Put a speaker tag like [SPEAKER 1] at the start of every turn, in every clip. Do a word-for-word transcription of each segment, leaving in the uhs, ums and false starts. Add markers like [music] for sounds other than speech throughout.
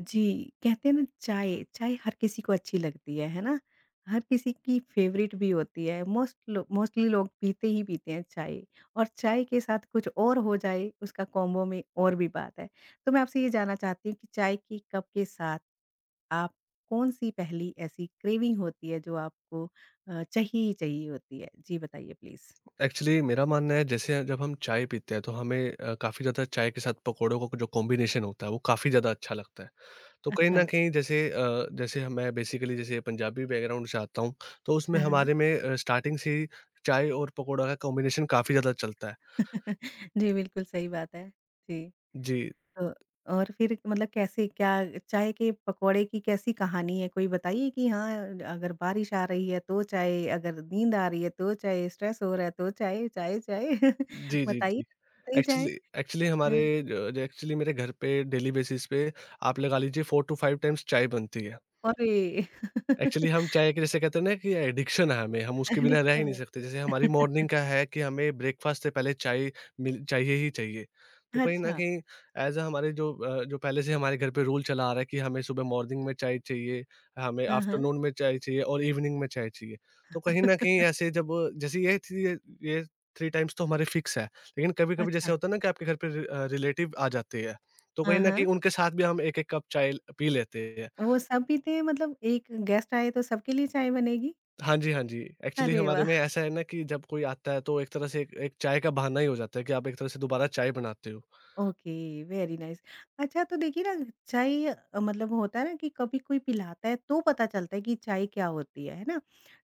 [SPEAKER 1] जी, कहते हैं ना चाय, चाय हर किसी को अच्छी लगती है, है ना? हर किसी की फेवरेट भी होती है, मोस्ट लो मोस्टली लोग पीते ही पीते हैं चाय और चाय के साथ कुछ और हो जाए उसका कॉम्बो में और भी बात है। तो मैं आपसे ये जानना चाहती हूँ कि चाय की कप के साथ आप कौन-सी पहली ऐसी क्रेविंग होती है जो आपको अ, चाहिए ही चाहिए होती है? जी बताइए प्लीज़।
[SPEAKER 2] एक्चुअली मेरा मानना है जैसे जब हम चाय पीते हैं तो हमें अ, काफ़ी ज़्यादा चाय के साथ पकौड़ों का जो कॉम्बिनेशन होता है वो काफ़ी ज़्यादा अच्छा लगता है। तो कहीं
[SPEAKER 1] अच्छा।
[SPEAKER 2] न कहीं जैसे अ, जैसे हम मैं बेसिकली जैसे पंजाबी बैकग्राउंड से आता हूँ। तो उसमें
[SPEAKER 1] हाँ,
[SPEAKER 2] हमारे में अ, स्टार्टिंग से ही चाय और पकौड़ा का कॉम्बिनेशन काफ़ी ज़्यादा चलता है।
[SPEAKER 1] [laughs] हाँ। जी, बिल्कुल सही बात है। जी।
[SPEAKER 2] जी।
[SPEAKER 1] तो और फिर मतलब कैसे क्या चाय के पकौड़े की कैसी कहानी है? कोई बताइए कि हाँ, अगर बारिश आ रही है तो चाय, अगर नींद आ रही है तो चाय, स्ट्रेस हो रहा है तो चाय, चाय, चाय [laughs]
[SPEAKER 2] जी, जी,
[SPEAKER 1] बताइए
[SPEAKER 2] जी।
[SPEAKER 1] बताइए चाय?
[SPEAKER 2] एक्चुअली एक्चुअली हमारे
[SPEAKER 1] हाँ,
[SPEAKER 2] अ, एक्चुअली मेरे घर पे डेली बेसिस पे आप लगा लीजिए फ़ोर टू फ़ाइव टाइम्स चाय बनती है।
[SPEAKER 1] अरे!
[SPEAKER 2] एक्चुअली
[SPEAKER 1] [laughs]
[SPEAKER 2] हम चाय के जैसे कहते हैं ना कि एडिक्शन है हमें, हम उसके बिना रह ही
[SPEAKER 1] एडिक्शन
[SPEAKER 2] नहीं
[SPEAKER 1] है।
[SPEAKER 2] सकते। जैसे हमारी मॉर्निंग का
[SPEAKER 1] [laughs]
[SPEAKER 2] है कि हमें ब्रेकफ़ास्ट से पहले चाय मिल चाहिए ही चाहिए। तो कहीं न
[SPEAKER 1] अच्छा।
[SPEAKER 2] कहीं ऐज़ अ हमारे जो अ, जो पहले से हमारे घर पे रूल चला आ रहा है कि हमें सुबह मॉर्निंग में चाय चाहिए, हमें
[SPEAKER 1] हाँ, हाँ।
[SPEAKER 2] आफ्टरनून में चाय चाहिए और इवनिंग में चाय चाहिए। तो कहीं न कहीं
[SPEAKER 1] [laughs]
[SPEAKER 2] ऐसे जब जैसे ये थी ये थ्री टाइम्स तो हमारे फ़िक्स है। लेकिन कभी-कभी जैसे
[SPEAKER 1] अच्छा।
[SPEAKER 2] होता है ना कि आपके घर पे रि अ, रिलेटिव आ जाते हैं, तो
[SPEAKER 1] हाँ,
[SPEAKER 2] कहीं न
[SPEAKER 1] हाँ।
[SPEAKER 2] कहीं उनके साथ भी हम एक एक कप चाय पी लेते हैं।
[SPEAKER 1] वो सब पीते हैं मतलब एक गेस्ट आए तो सबके लिए चाय बनेगी?
[SPEAKER 2] हाँ जी, हाँ जी। एक्चुअली
[SPEAKER 1] अरे
[SPEAKER 2] हमारे
[SPEAKER 1] वाह!
[SPEAKER 2] में ऐसा है ना कि जब कोई आता है तो एक तरह से एक एक चाय का बहाना ही हो जाता है कि आप एक तरह से दोबारा चाय बनाते हो।
[SPEAKER 1] ओके। Very nice. अच्छा तो देखिए ना चाय अ, मतलब होता है ना कि कभी कोई पिलाता है तो पता चलता है कि चाय क्या होती है है ना।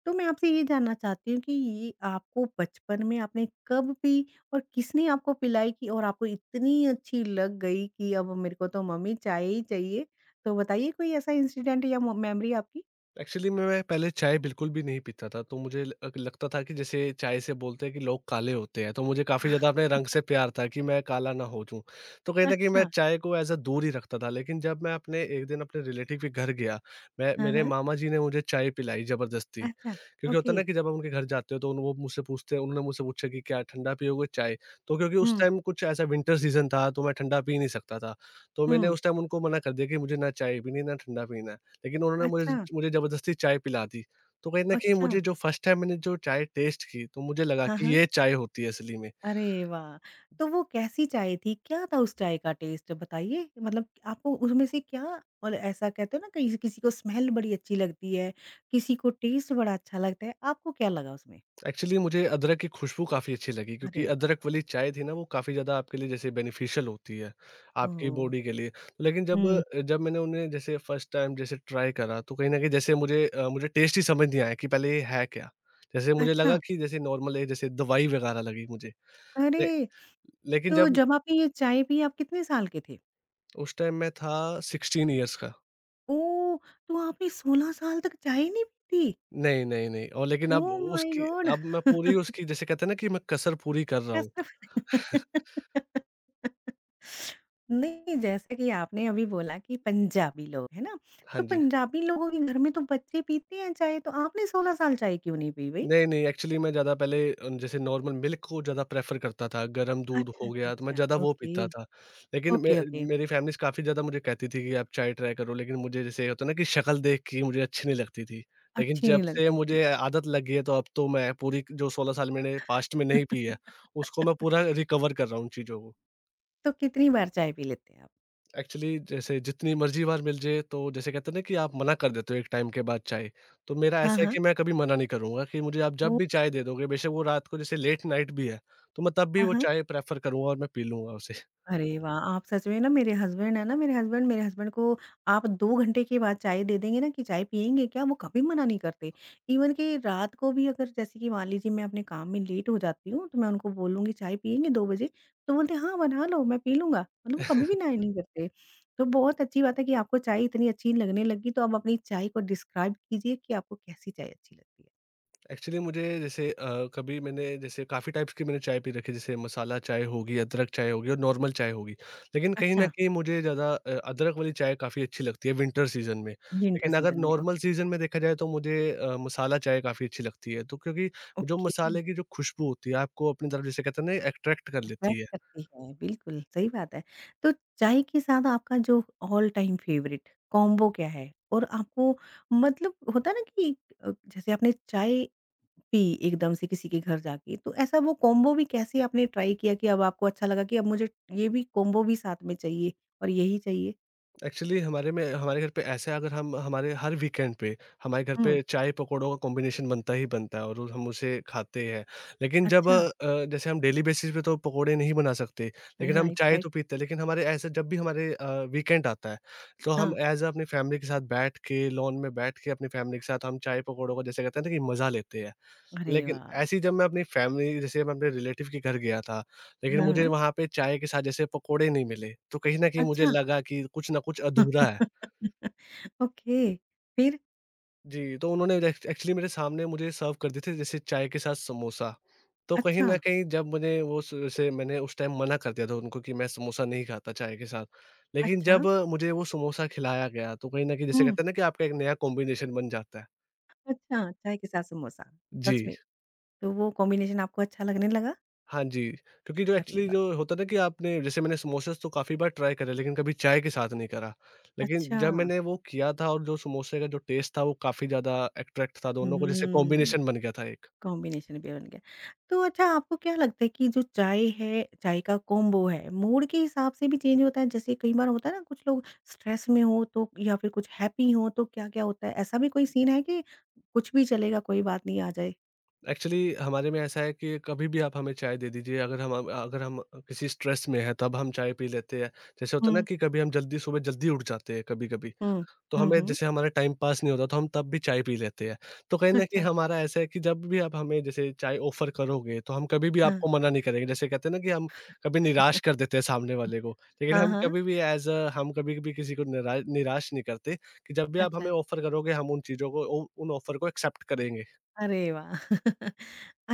[SPEAKER 1] तो मैं आपसे ये जानना चाहती हूँ कि ये आपको बचपन में आपने कब पी और किसने आपको पिलाई कि और आपको इतनी अच्छी लग गई कि अब मेरे को तो मम्मी चाय ही चाहिए। तो बताइए कोई ऐसा इंसिडेंट या मेमोरी आपकी।
[SPEAKER 2] एक्चुअली मैं पहले चाय बिल्कुल भी नहीं पीता था, तो मुझे ल लगता था कि जैसे चाय से बोलते हैं कि लोग काले होते हैं, तो मुझे काफ़ी ज़्यादा अपने
[SPEAKER 1] [laughs]
[SPEAKER 2] रंग से प्यार था कि मैं काला ना हो जाऊँ। तो कहीं न कहीं मैं
[SPEAKER 1] अच्छा।
[SPEAKER 2] चाय को ऐज़ अ दूर ही रखता था, लेकिन जब मैं अपने एक दिन अपने रिलेटिव के घर गया, मैं
[SPEAKER 1] हाँ,
[SPEAKER 2] मेरे
[SPEAKER 1] हाँ।
[SPEAKER 2] मामा जी ने मुझे चाय पिलाई ज़बरदस्ती।
[SPEAKER 1] अच्छा।
[SPEAKER 2] क्योंकि होता है
[SPEAKER 1] ओके।
[SPEAKER 2] ना कि जब हम उनके घर जाते हो तो उन वो मुझसे पूछते हैं, उन्होंने मुझसे पूछा कि क्या ठंडा पियोगे चाय? तो क्योंकि उस
[SPEAKER 1] हम्म।
[SPEAKER 2] टाइम कुछ ऐसा विंटर सीज़न था, तो मैं ठंडा पी नहीं सकता था। तो मैंने
[SPEAKER 1] हम्म।
[SPEAKER 2] उस टाइम उनको मना कर दिया कि मुझे ना चाय पीनी है, ना ठंडा पीना है। लेकिन उन्होंने
[SPEAKER 1] अच्छा।
[SPEAKER 2] मुझे मुझे ज़बरदस्ती चाय पिला दी। तो कहीं न कहीं
[SPEAKER 1] अच्छा।
[SPEAKER 2] मुझे जो फर्स्ट टाइम मैंने जो चाय टेस्ट की, तो मुझे लगा
[SPEAKER 1] हाँ,
[SPEAKER 2] कि
[SPEAKER 1] हाँ।
[SPEAKER 2] ये चाय होती है असली में।
[SPEAKER 1] अरे वाह! तो वो कैसी चाय थी? क्या था उस चाय का टेस्ट बताइए? मतलब आपको उसमें से क्या, और ऐसा कहते हैं ना कहीं किसी को स्मेल बड़ी अच्छी लगती है, किसी को टेस्ट बड़ा अच्छा लगता है, आपको क्या लगा उसमें?
[SPEAKER 2] एक्चुअली मुझे अदरक की खुशबू काफ़ी अच्छी लगी, क्योंकि
[SPEAKER 1] अरे
[SPEAKER 2] अदरक
[SPEAKER 1] वाह!
[SPEAKER 2] वाली चाय थी ना वो काफ़ी ज़्यादा आपके लिए जैसे बेनिफिशियल होती है, आपकी
[SPEAKER 1] ओह!
[SPEAKER 2] बॉडी के लिए। लेकिन जब
[SPEAKER 1] हुँ।
[SPEAKER 2] जब मैंने उन्हें जैसे फर्स्ट टाइम जैसे ट्राई करा तो कहीं न कहीं जैसे मुझे अ, मुझे टेस्ट ही समझ नहीं आया कि पहले ये है क्या? जैसे मुझे
[SPEAKER 1] अच्छा,
[SPEAKER 2] लगा कि जैसे नॉर्मल है, जैसे दवाई वगैरह लगी मुझे। ले
[SPEAKER 1] अरे!
[SPEAKER 2] लेकिन
[SPEAKER 1] तो
[SPEAKER 2] जब
[SPEAKER 1] जब आपने ये चाय पी आप कितने साल के थे?
[SPEAKER 2] उस टाइम मैं था सिक्सटीन इयर्स का।
[SPEAKER 1] ओह! तो आपने सोलह साल तक चाय नहीं पी थी?
[SPEAKER 2] नहीं, नहीं, नहीं, और लेकिन अब
[SPEAKER 1] ओह माय
[SPEAKER 2] उसकी
[SPEAKER 1] गॉड!
[SPEAKER 2] अब मैं पूरी
[SPEAKER 1] [laughs]
[SPEAKER 2] उसकी जैसे कहते हैं ना कि मैं कसर पूरी कर रहा हूँ।
[SPEAKER 1] कसम। [laughs] नहीं, जैसे कि आपने अभी बोला कि पंजाबी लोग, है ना?
[SPEAKER 2] हाँ
[SPEAKER 1] तो
[SPEAKER 2] जी।
[SPEAKER 1] पंजाबी लोगों के घर में तो बच्चे पीते हैं चाय, तो आपने सोलह साल चाय क्यों नहीं पी भई?
[SPEAKER 2] नहीं, नहीं, एक्चुअली मैं ज़्यादा पहले अ, जैसे नॉर्मल मिल्क को ज़्यादा प्रेफ़र करता था, गरम दूध
[SPEAKER 1] अच्छा,
[SPEAKER 2] हो
[SPEAKER 1] अच्छा,
[SPEAKER 2] गया तो मैं ज़्यादा
[SPEAKER 1] अच्छा।
[SPEAKER 2] वो
[SPEAKER 1] ओके,
[SPEAKER 2] पीता था। लेकिन मे
[SPEAKER 1] ओके, ओके।
[SPEAKER 2] मेरी फ़ैमिलीज़ काफ़ी ज़्यादा मुझे कहती थी कि आप चाय ट्राई करो, लेकिन मुझे जैसे होता है ना कि शक्ल देख के मुझे अच्छी नहीं लगती थी। लेकिन
[SPEAKER 1] अच्छी
[SPEAKER 2] जब
[SPEAKER 1] नहीं
[SPEAKER 2] से
[SPEAKER 1] लगती थी।
[SPEAKER 2] मुझे आदत लग गई है, तो अब तो मैं पूरी जो सोलह साल मैंने पास्ट में नहीं पी है, उसको मैं पूरा
[SPEAKER 1] [laughs]
[SPEAKER 2] रिकवर कर रहा हूँ उन चीज़ों को।
[SPEAKER 1] तो कितनी बार चाय पी लेते हैं आप?
[SPEAKER 2] एक्चुअली जैसे जितनी मर्ज़ी बार मिल जाए, तो जैसे कहते हैं ना कि आप मना कर देते हो एक टाइम के बाद चाय। तो मेरा
[SPEAKER 1] हाँ,
[SPEAKER 2] ऐसा है
[SPEAKER 1] हाँ।
[SPEAKER 2] कि मैं कभी मना नहीं करूँगा कि मुझे आप जब
[SPEAKER 1] ओह!
[SPEAKER 2] भी चाय दे दोगे, बेशक वो रात को जैसे लेट नाइट भी है, तो मैं तब भी
[SPEAKER 1] हाँ,
[SPEAKER 2] वो
[SPEAKER 1] हाँ।
[SPEAKER 2] चाय प्रेफ़र करूँगा और मैं पी लूँगा उसे।
[SPEAKER 1] अरे वाह! आप सच में ना मेरे हस्बैंड है ना, मेरे हस्बैंड मेरे हस्बैंड को आप दो घंटे के बाद चाय दे देंगे ना कि चाय पिएँगे क्या? वो कभी मना नहीं करते। इवन कि रात को भी अगर जैसे कि मान लीजिए मैं अपने काम में लेट हो जाती हूँ, तो मैं उनको बोलूँगी चाय पिएँगे दो बजे? तो बोलते हैं हाँ, बना लो मैं पी लूँगा। मतलब वो कभी भी ना ही नहीं करते। तो बहुत अच्छी बात है कि आपको चाय इतनी अच्छी लगने लगी, तो आप अपनी चाय को डिस्क्राइब कीजिए कि आपको कैसी चाय अच्छी लगती है?
[SPEAKER 2] एक्चुअली मुझे जैसे अ, कभी मैंने जैसे काफ़ी टाइप्स की मैंने चाय पी रखी है, जैसे मसाला चाय होगी, अदरक चाय होगी और नॉर्मल चाय होगी। लेकिन कहीं न
[SPEAKER 1] अच्छा,
[SPEAKER 2] कहीं मुझे ज़्यादा अ, अदरक वाली चाय काफ़ी अच्छी लगती है विंटर सीज़न में।
[SPEAKER 1] विंटर
[SPEAKER 2] लेकिन अगर
[SPEAKER 1] सीज़न में। ओ
[SPEAKER 2] नॉर्मल सीज़न में देखा जाए तो मुझे अ, मसाला चाय काफ़ी अच्छी लगती है। तो क्योंकि जो
[SPEAKER 1] ओके।
[SPEAKER 2] मसाले की जो खुशबू होती है, आपको अपनी तरफ जैसे कहते हैं ना अट्रैक्ट कर लेती
[SPEAKER 1] अट्रैक्ट
[SPEAKER 2] है।
[SPEAKER 1] करती है, बिल्कुल सही बात है। तो चाय के साथ आपका जो ऑल टाइम फेवरेट कॉम्बो क्या है? और आपको मतलब होता है ना कि अ, जैसे आपने चाय पी एकदम से किसी के घर जाके, तो ऐसा वो कॉम्बो भी कैसे आपने ट्राई किया कि अब आपको अच्छा लगा कि अब मुझे ये भी कॉम्बो भी साथ में चाहिए और यही चाहिए?
[SPEAKER 2] एक्चुअली हमारे में हमारे घर पे ऐसा है, अगर हम हमारे हर वीकेंड पे हमारे घर
[SPEAKER 1] हुँ,
[SPEAKER 2] पे चाय पकौड़ों का कॉम्बिनेशन बनता ही बनता है और रोज़ हम उसे खाते हैं। लेकिन जब
[SPEAKER 1] अच्छा।
[SPEAKER 2] अ, जैसे हम डेली बेसिस पे तो पकौड़े नहीं बना सकते, लेकिन हम
[SPEAKER 1] राइट,
[SPEAKER 2] चाय
[SPEAKER 1] राइट।
[SPEAKER 2] तो पीते हैं। लेकिन हमारे ऐसे जब भी हमारे अ, वीकेंड आता है, तो हम
[SPEAKER 1] हाँ।
[SPEAKER 2] एज़ अपनी फैमिली के साथ बैठ के लॉन में बैठ के अपनी फैमिली के साथ हम चाय पकौड़ों का जैसे कहते हैं ना कि मज़ा लेते हैं।
[SPEAKER 1] अरे
[SPEAKER 2] लेकिन
[SPEAKER 1] वाह!
[SPEAKER 2] ऐसी जब मैं अपनी फैमिली जैसे मैं अपने रिलेटिव के घर गया था, लेकिन मुझे
[SPEAKER 1] हाँ,
[SPEAKER 2] वहाँ पे चाय के साथ जैसे पकोड़े नहीं मिले, तो कहीं न कहीं मुझे
[SPEAKER 1] अच्छा।
[SPEAKER 2] लगा कि कुछ न कुछ अधूरा है।
[SPEAKER 1] [laughs] ओके, फिर?
[SPEAKER 2] जी, तो उन्होंने एक्च एक्चुअली मेरे सामने मुझे सर्व कर दिए थे जैसे चाय के साथ समोसा। तो कहीं
[SPEAKER 1] अच्छा,
[SPEAKER 2] न कहीं जब मुझे वो स से मैंने उस टाइम मना कर दिया था उनको कि मैं समोसा नहीं खाता चाय के साथ। लेकिन
[SPEAKER 1] अच्छा।
[SPEAKER 2] जब मुझे वो समोसा खिलाया गया, तो कहीं न कहीं जैसे
[SPEAKER 1] हुँ।
[SPEAKER 2] कहते हैं ना कि आपका एक नया कॉम्बिनेशन बन जाता है।
[SPEAKER 1] अच्छा, चाय के साथ समोसा,
[SPEAKER 2] जी।
[SPEAKER 1] सच में? तो वो कॉम्बिनेशन आपको अच्छा लगने लगा?
[SPEAKER 2] हाँ जी, क्योंकि जो
[SPEAKER 1] अरे
[SPEAKER 2] एक्चुअली जो
[SPEAKER 1] वाह!
[SPEAKER 2] होता है ना कि आपने जैसे मैंने समोसेस तो काफ़ी बार ट्राई करे, लेकिन कभी चाय के साथ नहीं करा। लेकिन
[SPEAKER 1] अच्छा,
[SPEAKER 2] जब मैंने वो किया था और जो समोसे का जो टेस्ट था, वो काफ़ी ज़्यादा अट्रैक्ट था, दोनों को जैसे
[SPEAKER 1] हुँ,
[SPEAKER 2] कॉम्बिनेशन बन गया था एक।
[SPEAKER 1] कॉम्बिनेशन भी बन गया। तो अच्छा आपको क्या लगता है कि जो चाय है, चाय का कॉम्बो है, मूड के हिसाब से भी चेंज होता है? जैसे कई बार होता है ना कुछ लोग स्ट्रेस में हो तो या फिर कुछ हैप्पी हो तो क्या-क्या होता है? ऐसा भी कोई सीन है कि कुछ भी चलेगा, कोई बात नहीं आ जाए?
[SPEAKER 2] एक्चुअली हमारे में ऐसा है कि कभी भी आप हमें चाय दे दीजिए, अगर हम हम अगर हम किसी स्ट्रेस में हैं तब हम चाय पी लेते हैं। जैसे होता है ना
[SPEAKER 1] हुँ,
[SPEAKER 2] कि कभी हम जल्दी, सुबह जल्दी उठ जाते हैं कभी-कभी।
[SPEAKER 1] हुँ,
[SPEAKER 2] तो
[SPEAKER 1] हुँ,
[SPEAKER 2] हमें
[SPEAKER 1] हुँ।
[SPEAKER 2] जैसे हमारा टाइम पास नहीं होता, तो हम तब भी चाय पी लेते हैं। तो कहीं न कहीं
[SPEAKER 1] अच्छा,
[SPEAKER 2] हमारा ऐसा है कि जब भी आप हमें जैसे चाय ऑफ़र करोगे, तो हम कभी भी
[SPEAKER 1] हाँ।
[SPEAKER 2] आपको मना नहीं करेंगे। जैसे कहते हैं ना कि हम कभी निराश कर
[SPEAKER 1] [laughs]
[SPEAKER 2] देते हैं सामने वाले को, लेकिन
[SPEAKER 1] हाँ,
[SPEAKER 2] हम
[SPEAKER 1] हाँ।
[SPEAKER 2] कभी भी एज़ अ हम कभी भी किसी को निरा निराश नहीं करते कि जब भी आप
[SPEAKER 1] अच्छा,
[SPEAKER 2] हमें ऑफ़र करोगे, हम उन चीज़ों को उ उन ऑफ़र को एक्सेप्ट करेंगे।
[SPEAKER 1] अरे वाह! [laughs]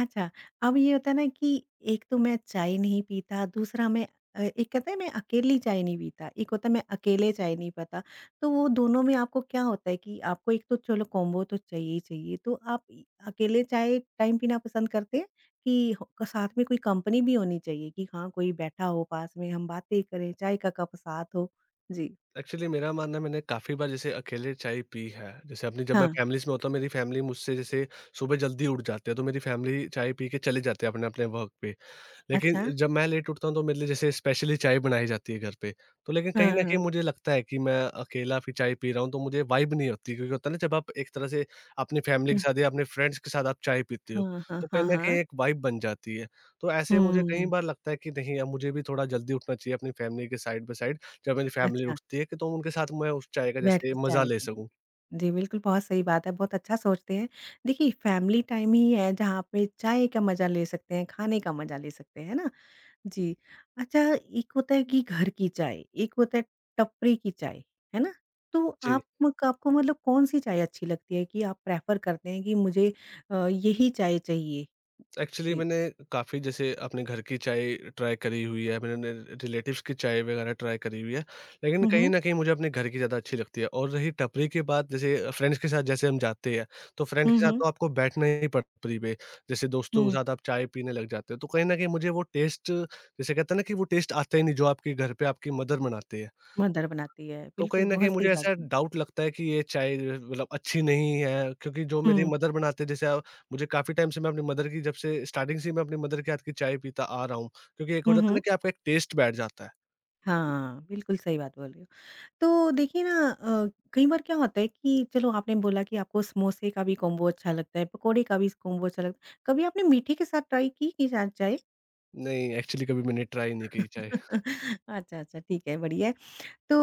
[SPEAKER 1] अच्छा, अब ये होता है ना कि एक तो मैं चाय नहीं पीता, दूसरा मैं अ, एक कहते हैं मैं अकेली चाय नहीं पीता, एक होता है मैं अकेले चाय नहीं पीता। तो वो दोनों में आपको क्या होता है कि आपको एक तो चलो कॉम्बो तो चाहिए ही चाहिए, तो आप इ अकेले चाय टाइम पीना पसंद करते हैं कि ह साथ में कोई कंपनी भी होनी चाहिए कि हाँ, कोई बैठा हो पास में, हम बातें करें, चाय का कप साथ हो? जी।
[SPEAKER 2] एक्चुअली मेरा मानना है मैंने काफ़ी बार जैसे अकेले चाय पी है। जैसे अपनी जब मैं
[SPEAKER 1] हाँ,
[SPEAKER 2] फैमिलीज़ में होता हूँ, मेरी फैमिली मुझसे जैसे सुबह जल्दी उठ जाते हैं, तो मेरी फैमिली चाय पी के चले जाते हैं अपने-अपने वर्क पे। लेकिन
[SPEAKER 1] अच्छा।
[SPEAKER 2] जब मैं लेट उठता हूँ, तो मेरे लिए जैसे स्पेशली चाय बनाई जाती है घर पे। तो लेकिन कहीं
[SPEAKER 1] हाँ,
[SPEAKER 2] न कहीं
[SPEAKER 1] हाँ।
[SPEAKER 2] मुझे लगता है कि मैं अकेला भी चाय पी रहा हूँ तो मुझे वाइब नहीं होती, क्योंकि होता है ना जब आप एक तरह से अपनी फैमिली के
[SPEAKER 1] हुँ,
[SPEAKER 2] साथ या अपने फ्रेंड्स के साथ आप चाय पीते हो,
[SPEAKER 1] हाँ, हाँ,
[SPEAKER 2] तो कहीं
[SPEAKER 1] हाँ,
[SPEAKER 2] न कहीं
[SPEAKER 1] हाँ।
[SPEAKER 2] एक वाइब बन जाती है। तो ऐसे मुझे कई
[SPEAKER 1] हुँ,
[SPEAKER 2] बार लगता है कि नहीं, अब मुझे भी थोड़ा जल्दी उठना चाहिए अपनी फैमिली के साइड बाय साइड, जब मेरी फैमिली
[SPEAKER 1] अच्छा।
[SPEAKER 2] उठती है कि तो उनके साथ मैं उस चाय का
[SPEAKER 1] बैठ के
[SPEAKER 2] जैसे मज़ा
[SPEAKER 1] चाय
[SPEAKER 2] ले
[SPEAKER 1] पीने।
[SPEAKER 2] सकूँ।
[SPEAKER 1] जी, बिल्कुल बहुत सही बात है, बहुत अच्छा सोचते हैं। देखिए फैमिली टाइम ही है जहाँ पे चाय का मज़ा ले सकते हैं, खाने का मज़ा ले सकते हैं, है ना? जी। अच्छा, एक होता है कि घर की चाय, एक होता है टपरी की चाय, है ना? तो
[SPEAKER 2] जी।
[SPEAKER 1] आप मक आपको मतलब कौन-सी चाय अच्छी लगती है कि आप प्रेफ़र करते हैं कि मुझे अ, यही चाय चाहिए?
[SPEAKER 2] एक्चुअली
[SPEAKER 1] जी।
[SPEAKER 2] मैंने काफ़ी जैसे अपने घर की चाय ट्राई करी हुई है, मैंने रिलेटिव्स की चाय वगैरह ट्राई करी हुई है, लेकिन
[SPEAKER 1] हुँ,
[SPEAKER 2] कहीं
[SPEAKER 1] हुँ।
[SPEAKER 2] न कहीं मुझे अपने घर की ज़्यादा अच्छी लगती है और रही टपरी की बात, जैसे फ्रेंड्स के साथ जैसे हम जाते हैं, तो फ्रेंड्स
[SPEAKER 1] हुँ,
[SPEAKER 2] के साथ
[SPEAKER 1] हुँ।
[SPEAKER 2] तो आपको बैठना ही टपरी पे, जैसे दोस्तों के
[SPEAKER 1] हुँ,
[SPEAKER 2] साथ आप चाय पीने लग जाते हो, तो कहीं न कहीं मुझे वो टेस्ट जैसे कहते हैं ना कि वो टेस्ट आता ही नहीं जो आपके घर पे आपकी मदर बनाती है।
[SPEAKER 1] मदर बनाती है,
[SPEAKER 2] तो
[SPEAKER 1] बिल्कुल
[SPEAKER 2] कहीं न कहीं
[SPEAKER 1] बहुत सही
[SPEAKER 2] मुझे
[SPEAKER 1] बात
[SPEAKER 2] ऐसा
[SPEAKER 1] बोली।
[SPEAKER 2] डाउट लगता है कि ये चाय मतलब अच्छी नहीं है, क्योंकि जो मेरी
[SPEAKER 1] हुँ।
[SPEAKER 2] मदर बनाते हैं जैसे अ, मुझे काफ़ी टाइम से मैं अपनी मदर की, जब से स्टार्टिंग से ही मैं अपनी मदर के हाथ की चाय पीता आ रहा हूँ। क्योंकि एक हो
[SPEAKER 1] हुँ,
[SPEAKER 2] जाता है
[SPEAKER 1] हुँ।
[SPEAKER 2] ना कि आपका एक टेस्ट बैठ जाता है।
[SPEAKER 1] हाँ, बिल्कुल सही बात बोली। तो देखिए ना अ, कई बार क्या होता है कि चलो आपने बोला कि आपको समोसे का भी कॉम्बो अच्छा लगता है, पकोड़े का भी कॉम्बो अच्छा लगता है। कभी आपने मीठे के साथ ट्राई की कि चा चाय?
[SPEAKER 2] नहीं, एक्चुअली कभी मैंने ट्राई नहीं की चाय।
[SPEAKER 1] [laughs] अच्छा, अच्छा ठीक है, बढ़िया है। तो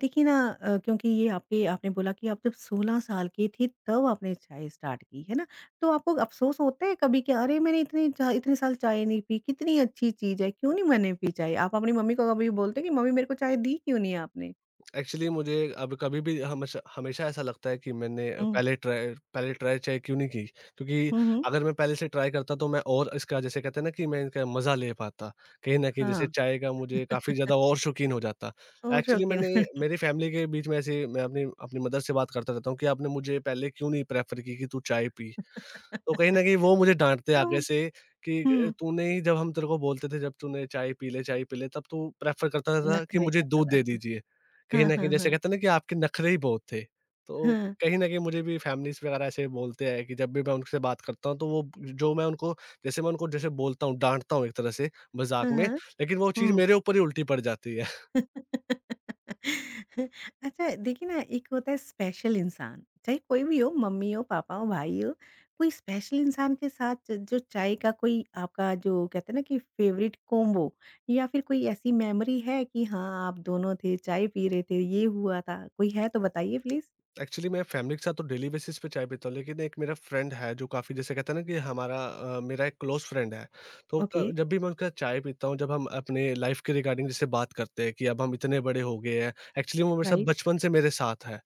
[SPEAKER 1] देखिए ना अ, क्योंकि ये आपके आपने बोला कि आप जब सोलह साल की थी तब आपने चाय स्टार्ट की, है ना? तो आपको अफ़सोस होता है कभी कि अरे मैंने इतने चा इतने साल चाय नहीं पी, कितनी अच्छी चीज़ है, क्यों नहीं मैंने पी चाय? आप अपनी मम्मी को कभी बोलते हैं कि मम्मी मेरे को चाय दी क्यों नहीं आपने?
[SPEAKER 2] एक्चुअली मुझे अब कभी भी हमेशा हमेशा ऐसा लगता है कि मैंने
[SPEAKER 1] हुँ।
[SPEAKER 2] पहले ट्राई पहले ट्राई चाहे क्यों नहीं की, क्योंकि
[SPEAKER 1] हुँ, हुँ।
[SPEAKER 2] अगर मैं पहले से ट्राई करता तो मैं और इसका जैसे कहते हैं ना कि मैं इनका मज़ा ले पाता। कहीं न कहीं
[SPEAKER 1] हाँ।
[SPEAKER 2] जैसे चाय का मुझे काफ़ी ज़्यादा
[SPEAKER 1] [laughs]
[SPEAKER 2] और शौकीन हो जाता। एक्चुअली
[SPEAKER 1] ओरोकेन।
[SPEAKER 2] मैंने मेरी फ़ैमिली के बीच में ऐसे मैं अपनी अपनी मदर से बात करता रहता हूँ कि आपने मुझे पहले क्यों नहीं प्रेफ़र की कि तू चाय पी? तो कहीं न कहीं वो मुझे डाँटते
[SPEAKER 1] तो
[SPEAKER 2] आगे से कि अ,
[SPEAKER 1] हं।
[SPEAKER 2] तूने ही जब हम तेरे को बोलते थे जब तूने चाय पी ले, चाय पी ले तब तू प्रेफ़र करता था कि
[SPEAKER 1] नखरे
[SPEAKER 2] मुझे
[SPEAKER 1] करता
[SPEAKER 2] दूध
[SPEAKER 1] था।
[SPEAKER 2] दे दीजिए। कहीं
[SPEAKER 1] हाँ,
[SPEAKER 2] न कहीं
[SPEAKER 1] हाँ,
[SPEAKER 2] जैसे
[SPEAKER 1] हाँ।
[SPEAKER 2] कहते हैं ना कि आपके नखरे ही बहुत थे। तो
[SPEAKER 1] हाँ,
[SPEAKER 2] कहीं न कहीं मुझे भी फैमिलीज़ वग़ैरह ऐसे बोलते हैं कि जब भी मैं उनसे बात करता हूँ, तो वो जो मैं उनको जैसे मैं उनको जैसे बोलता हूँ, डाँटता हूँ एक तरह से
[SPEAKER 1] हाँ,
[SPEAKER 2] मज़ाक में,
[SPEAKER 1] हाँ।
[SPEAKER 2] लेकिन वो चीज़
[SPEAKER 1] हुँ।
[SPEAKER 2] मेरे ऊपर ही उल्टी पड़ जाती है।
[SPEAKER 1] अच्छा देखिए ना एक होता है स्पेशल इंसान, चाहे कोई भी हो [laughs] मम्मी हो, पापा हो, भाई हो, कोई स्पेशल इंसान के साथ ज जो चाय का कोई आपका जो कहते हैं ना कि फेवरेट कॉम्बो या फिर कोई ऐसी मेमोरी है कि हाँ, आप दोनों थे, चाय पी रहे थे, ये हुआ था? कोई है तो बताइए प्लीज़?
[SPEAKER 2] एक्चुअली मैं फैमिली के साथ तो डेली बेसिस पे चाय पीता हूँ, लेकिन एक मेरा फ्रेंड है जो काफ़ी जैसे कहते हैं ना कि हमारा अ, मेरा एक क्लोज़ फ्रेंड है। तो
[SPEAKER 1] ओके,
[SPEAKER 2] क जब भी मैं उनके साथ चाय पीता हूँ, जब हम अपने लाइफ़ के रिगार्डिंग जैसे बात करते हैं कि अब हम इतने बड़े हो गए हैं, एक्चुअली वो मेरे साथ
[SPEAKER 1] राइट।
[SPEAKER 2] बचपन से मेरे साथ है।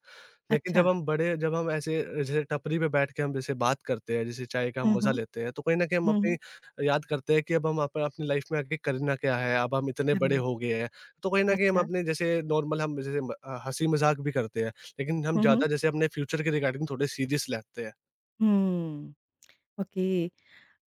[SPEAKER 2] लेकिन
[SPEAKER 1] अच्छा।
[SPEAKER 2] जब हम बड़े जब हम ऐसे जैसे टपरी पे बैठ के हम जैसे बात करते हैं, जैसे चाय का हम
[SPEAKER 1] हुँ,
[SPEAKER 2] मज़ा
[SPEAKER 1] हुँ।
[SPEAKER 2] लेते हैं, तो कहीं न कहीं हम
[SPEAKER 1] हुँ,
[SPEAKER 2] अपनी
[SPEAKER 1] हुँ।
[SPEAKER 2] याद करते हैं कि अब हम अप अपनी लाइफ़ में आगे करना क्या है? अब हम इतने
[SPEAKER 1] करना
[SPEAKER 2] बड़े
[SPEAKER 1] है।
[SPEAKER 2] हो गए हैं। तो कहीं न कहीं हम
[SPEAKER 1] अच्छा।
[SPEAKER 2] अपने जैसे नॉर्मल हम जैसे म अ, हँसी-मज़ाक भी करते हैं, लेकिन हम
[SPEAKER 1] हुँ, हुँ।
[SPEAKER 2] ज़्यादा जैसे अपने फ्यूचर के रिगार्डिंग थोड़े सीरियस लेते हैं।
[SPEAKER 1] Hmm, okay.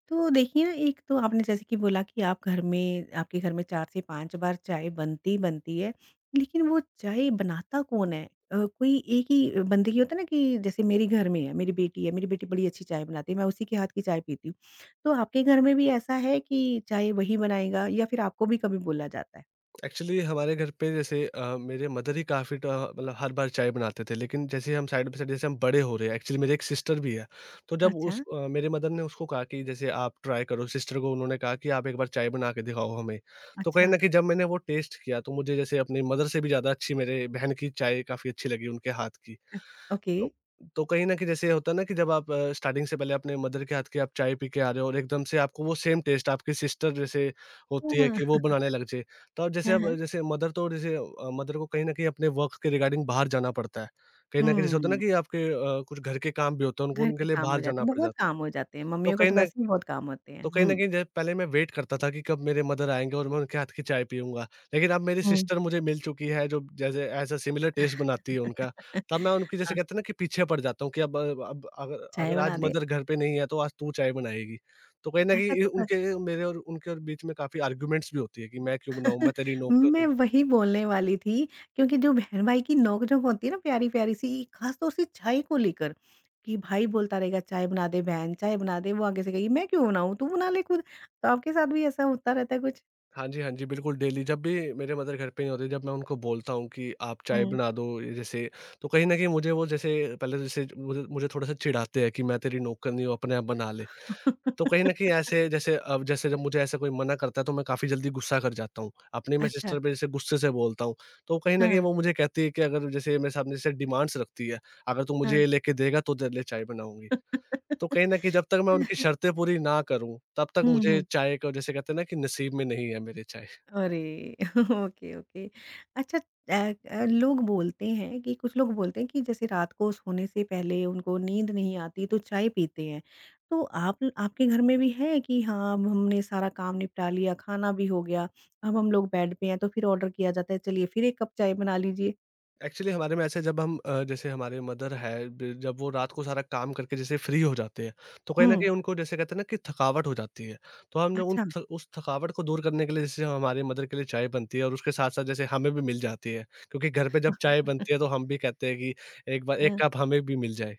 [SPEAKER 1] तो देखिए ना, एक तो आपने जैसे कि बोला कि आप घर में आपके घर में चार से पाँच बार चाय बनती ही बनती है, लेकिन वो चाय बनाता कौन है? अ, कोई एक ही बंदे की होता है ना कि जैसे मेरे घर में है, मेरी बेटी है, मेरी बेटी बड़ी अच्छी चाय बनाती है, मैं उसी के हाथ की चाय पीती हूँ। तो आपके घर में भी ऐसा है कि चाय वही बनाएगा या फिर आपको भी कभी बोला जाता है?
[SPEAKER 2] एक्चुअली हमारे घर पे जैसे अ, मेरे मदर ही काफ़ी ट- मतलब हर बार चाय बनाते थे, लेकिन जैसे हम साइड बाई साइड जैसे हम बड़े हो रहे हैं। एक्चुअली मेरे एक सिस्टर भी है, तो जब उस
[SPEAKER 1] अच्छा,
[SPEAKER 2] अ, मेरे मदर ने उसको कहा कि जैसे आप ट्राई करो, सिस्टर को उन्होंने कहा कि आप एक बार चाय बना के दिखाओ हमें। तो कहीं
[SPEAKER 1] अच्छा।
[SPEAKER 2] ना कहीं जब मैंने वो टेस्ट किया, तो मुझे जैसे अपनी मदर से भी ज़्यादा अच्छी मेरे बहन की चाय काफ़ी अच्छी लगी, उनके हाथ की।
[SPEAKER 1] अ, ओके।
[SPEAKER 2] तो तो कहीं न कहीं जैसे होता है ना कि जब आप अ, स्टार्टिंग से पहले अपने मदर के हाथ की आप चाय पी के आ रहे हो और एकदम से आपको वो सेम टेस्ट आपकी सिस्टर जैसे होती है
[SPEAKER 1] हाँ,
[SPEAKER 2] कि वो बनाने लग जाए। तो आप जैसे
[SPEAKER 1] हाँ, हाँ।
[SPEAKER 2] अब जैसे मदर तो जैसे अ, मदर को कहीं न कहीं अपने वर्क के रिगार्डिंग बाहर जाना पड़ता है। कहीं न कहीं जैसे होता है ना
[SPEAKER 1] हुँ।
[SPEAKER 2] कि आपके अ, कुछ घर के काम भी होते हैं, उनको
[SPEAKER 1] घर
[SPEAKER 2] उनके
[SPEAKER 1] के
[SPEAKER 2] लिए
[SPEAKER 1] काम हो
[SPEAKER 2] बाहर
[SPEAKER 1] जाते
[SPEAKER 2] जाना
[SPEAKER 1] हैं,
[SPEAKER 2] पड़
[SPEAKER 1] बहुत
[SPEAKER 2] जाता है।
[SPEAKER 1] काम हो जाते हैं,
[SPEAKER 2] तो
[SPEAKER 1] मम्मियों को
[SPEAKER 2] कहीं
[SPEAKER 1] तो
[SPEAKER 2] न
[SPEAKER 1] वैसे भी बहुत काम होते हैं।
[SPEAKER 2] तो कहीं
[SPEAKER 1] हुँ।
[SPEAKER 2] न कहीं जैसे पहले मैं वेट करता था कि कब मेरे मदर आएँगे और मैं उनके हाथ की चाय पीऊँगा। लेकिन अब मेरी
[SPEAKER 1] हुँ।
[SPEAKER 2] सिस्टर मुझे मिल चुकी है, जो जैसे एज़ अ सिमिलर टेस्ट बनाती है उनका।
[SPEAKER 1] [laughs]
[SPEAKER 2] तब मैं उनकी जैसे
[SPEAKER 1] हाँ,
[SPEAKER 2] कहते हैं ना कि पीछे पड़ जाता हूँ कि अब अब अगर
[SPEAKER 1] चाय
[SPEAKER 2] अगर
[SPEAKER 1] बना
[SPEAKER 2] आज
[SPEAKER 1] दे।
[SPEAKER 2] मदर घर पे नहीं है, तो आज तू चाय बनाएगी। तो कहीं न कहीं
[SPEAKER 1] अच्छा
[SPEAKER 2] ये
[SPEAKER 1] तो
[SPEAKER 2] उनके मेरे और उनके और बीच में काफ़ी आर्गुमेंट्स भी होती है कि मैं क्यों बनाऊँ,
[SPEAKER 1] [laughs] क
[SPEAKER 2] मैं तेरी नौकर
[SPEAKER 1] मैं
[SPEAKER 2] हूँ।
[SPEAKER 1] वही बोलने वाली थी क्योंकि जो बहन-भाई की नोक-झोंक होती है ना प्यारी-प्यारी सी, खास तौर से चाय को लेकर, कि भाई बोलता रहेगा चाय बना दे बहन, चाय बना दे, वो आगे से कहेगी मैं क्यों बनाऊँ, तू बना ले खुद। तो आपके साथ भी ऐसा होता रहता है कुछ?
[SPEAKER 2] हाँ जी, हाँ जी, बिल्कुल डेली जब भी मेरे मदर घर पे नहीं होती, जब मैं उनको बोलता हूँ कि आप चाय
[SPEAKER 1] हुँ।
[SPEAKER 2] बना दो ये जैसे, तो कहीं न कहीं मुझे वो जैसे पहले तो जैसे मुझे मुझे थोड़ा-सा चिढ़ाते हैं कि मैं तेरी नौकरनी हूँ, अपने आप बना ले। तो कहीं न
[SPEAKER 1] [laughs]
[SPEAKER 2] कहीं ऐसे जैसे अब जैसे जब मुझे ऐसा कोई मना करता है, तो मैं काफ़ी जल्दी गुस्सा कर जाता हूँ। अपनी मैं
[SPEAKER 1] अच्छा।
[SPEAKER 2] सिस्टर पे जैसे गुस्से से बोलता हूँ, तो कहीं न कहीं
[SPEAKER 1] हाँ,
[SPEAKER 2] वो मुझे कहती है कि अगर जैसे मेरे सामने जैसे डिमांड्स रखती है, "अगर तू मुझे
[SPEAKER 1] हाँ।
[SPEAKER 2] ये लेके देगा, तो तेरे लिए चाय बनाऊँगी।" तो कहीं न कहीं
[SPEAKER 1] [laughs]
[SPEAKER 2] जब तक मैं उनकी शर्तें पूरी ना करूँ, तब तक
[SPEAKER 1] हुँ,
[SPEAKER 2] मुझे
[SPEAKER 1] हुँ।
[SPEAKER 2] चाय का जैसे कहते हैं ना कि नसीब में नहीं है मेरे चाय।
[SPEAKER 1] अरे! [laughs] Okay, okay. अच्छा, अ अ, लोग बोलते हैं कि कुछ लोग बोलते हैं कि जैसे रात को सोने से पहले उनको नींद नहीं आती तो चाय पीते हैं। तो आप आपके घर में भी है कि हाँ, अब हमने सारा काम निपटा लिया, खाना भी हो गया, अब हम लोग बेड पे हैं तो फिर ऑर्डर किया जाता है, चलिए फिर एक कप चाय बना लीजिए।
[SPEAKER 2] एक्चुअली हमारे में ऐसा है, जब हम अ, जैसे हमारे मदर है ब जब वो रात को सारा काम करके जैसे फ्री हो जाते हैं, तो कहीं न
[SPEAKER 1] हुँ,
[SPEAKER 2] कहीं उनको जैसे कहते हैं ना कि थकावट हो जाती है। तो हमने उन
[SPEAKER 1] अच्छा।
[SPEAKER 2] थ उस थकावट को दूर करने के लिए जैसे हमारे मदर के लिए चाय बनती है और उसके साथ-साथ जैसे हमें भी मिल जाती है, क्योंकि घर पे जब चाय बनती है तो
[SPEAKER 1] [laughs]
[SPEAKER 2] हम भी कहते हैं कि एक बार एक
[SPEAKER 1] हाँ।
[SPEAKER 2] कप हमें भी मिल जाए।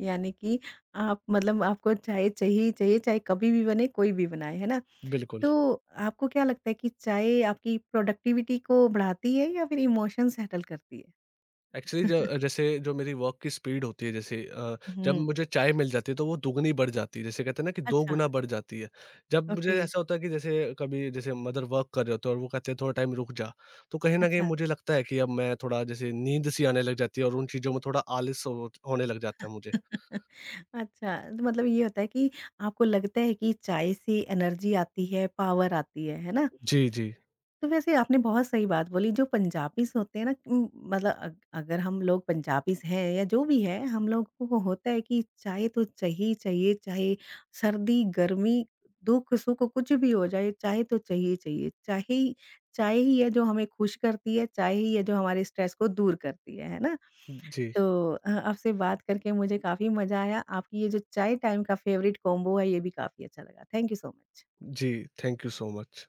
[SPEAKER 1] यानी कि आप मतलब आपको चाय चाहिए ही चाहिए, चाहे कभी भी बने, कोई भी बनाए, है ना?
[SPEAKER 2] बिल्कुल।
[SPEAKER 1] तो आपको क्या लगता है कि चाय आपकी प्रोडक्टिविटी को बढ़ाती है या फिर इमोशन सेटल करती है? [laughs]
[SPEAKER 2] एक्चुअली जैसे जो मेरी वर्क की स्पीड होती है जैसे अ, जब
[SPEAKER 1] हुँ।
[SPEAKER 2] मुझे चाय मिल जाती है तो वो दुगनी बढ़ जाती है, जैसे कहते हैं ना कि दो
[SPEAKER 1] अच्छा,
[SPEAKER 2] गुना बढ़ जाती है। जब मुझे
[SPEAKER 1] ओके,
[SPEAKER 2] ऐसा होता है कि जैसे कभी जैसे मदर वर्क कर रहे होते हैं और वो कहते हैं थोड़ा टाइम रुक जा, तो कहीं ना कहीं
[SPEAKER 1] अच्छा।
[SPEAKER 2] मुझे लगता है कि अब मैं थोड़ा जैसे नींद सी आने लग जाती है और उन चीज़ों में थोड़ा आलस हो- होने लग जाता है मुझे।
[SPEAKER 1] [laughs] अच्छा, तो मतलब ये होता है कि आपको लगता है कि चाय से एनर्जी आती है, पावर आती है, है ना?
[SPEAKER 2] जी जी,
[SPEAKER 1] तो वैसे आपने बहुत सही बात बोली जो पंजाबीज़ होते हैं ना उम, मतलब अग अगर हम लोग पंजाबीज़ हैं या जो भी है हम लोगों को होता है कि चाय तो चाहिए चाहिए, चाहे सर्दी, गर्मी, दुःख-सुख कुछ भी हो जाए चाय तो चाहिए चाहिए। चाय ही चाय ही है जो हमें खुश करती है, चाय ही है जो हमारे स्ट्रेस को दूर करती है, है ना?
[SPEAKER 2] जी
[SPEAKER 1] तो अ, आपसे बात करके मुझे काफ़ी मज़ा आया। आपकी ये जो चाय टाइम का फ़ेवरेट कॉम्बो है ये भी काफ़ी अच्छा लगा। Thank you so much.
[SPEAKER 2] जी, थैंक यू सो मच।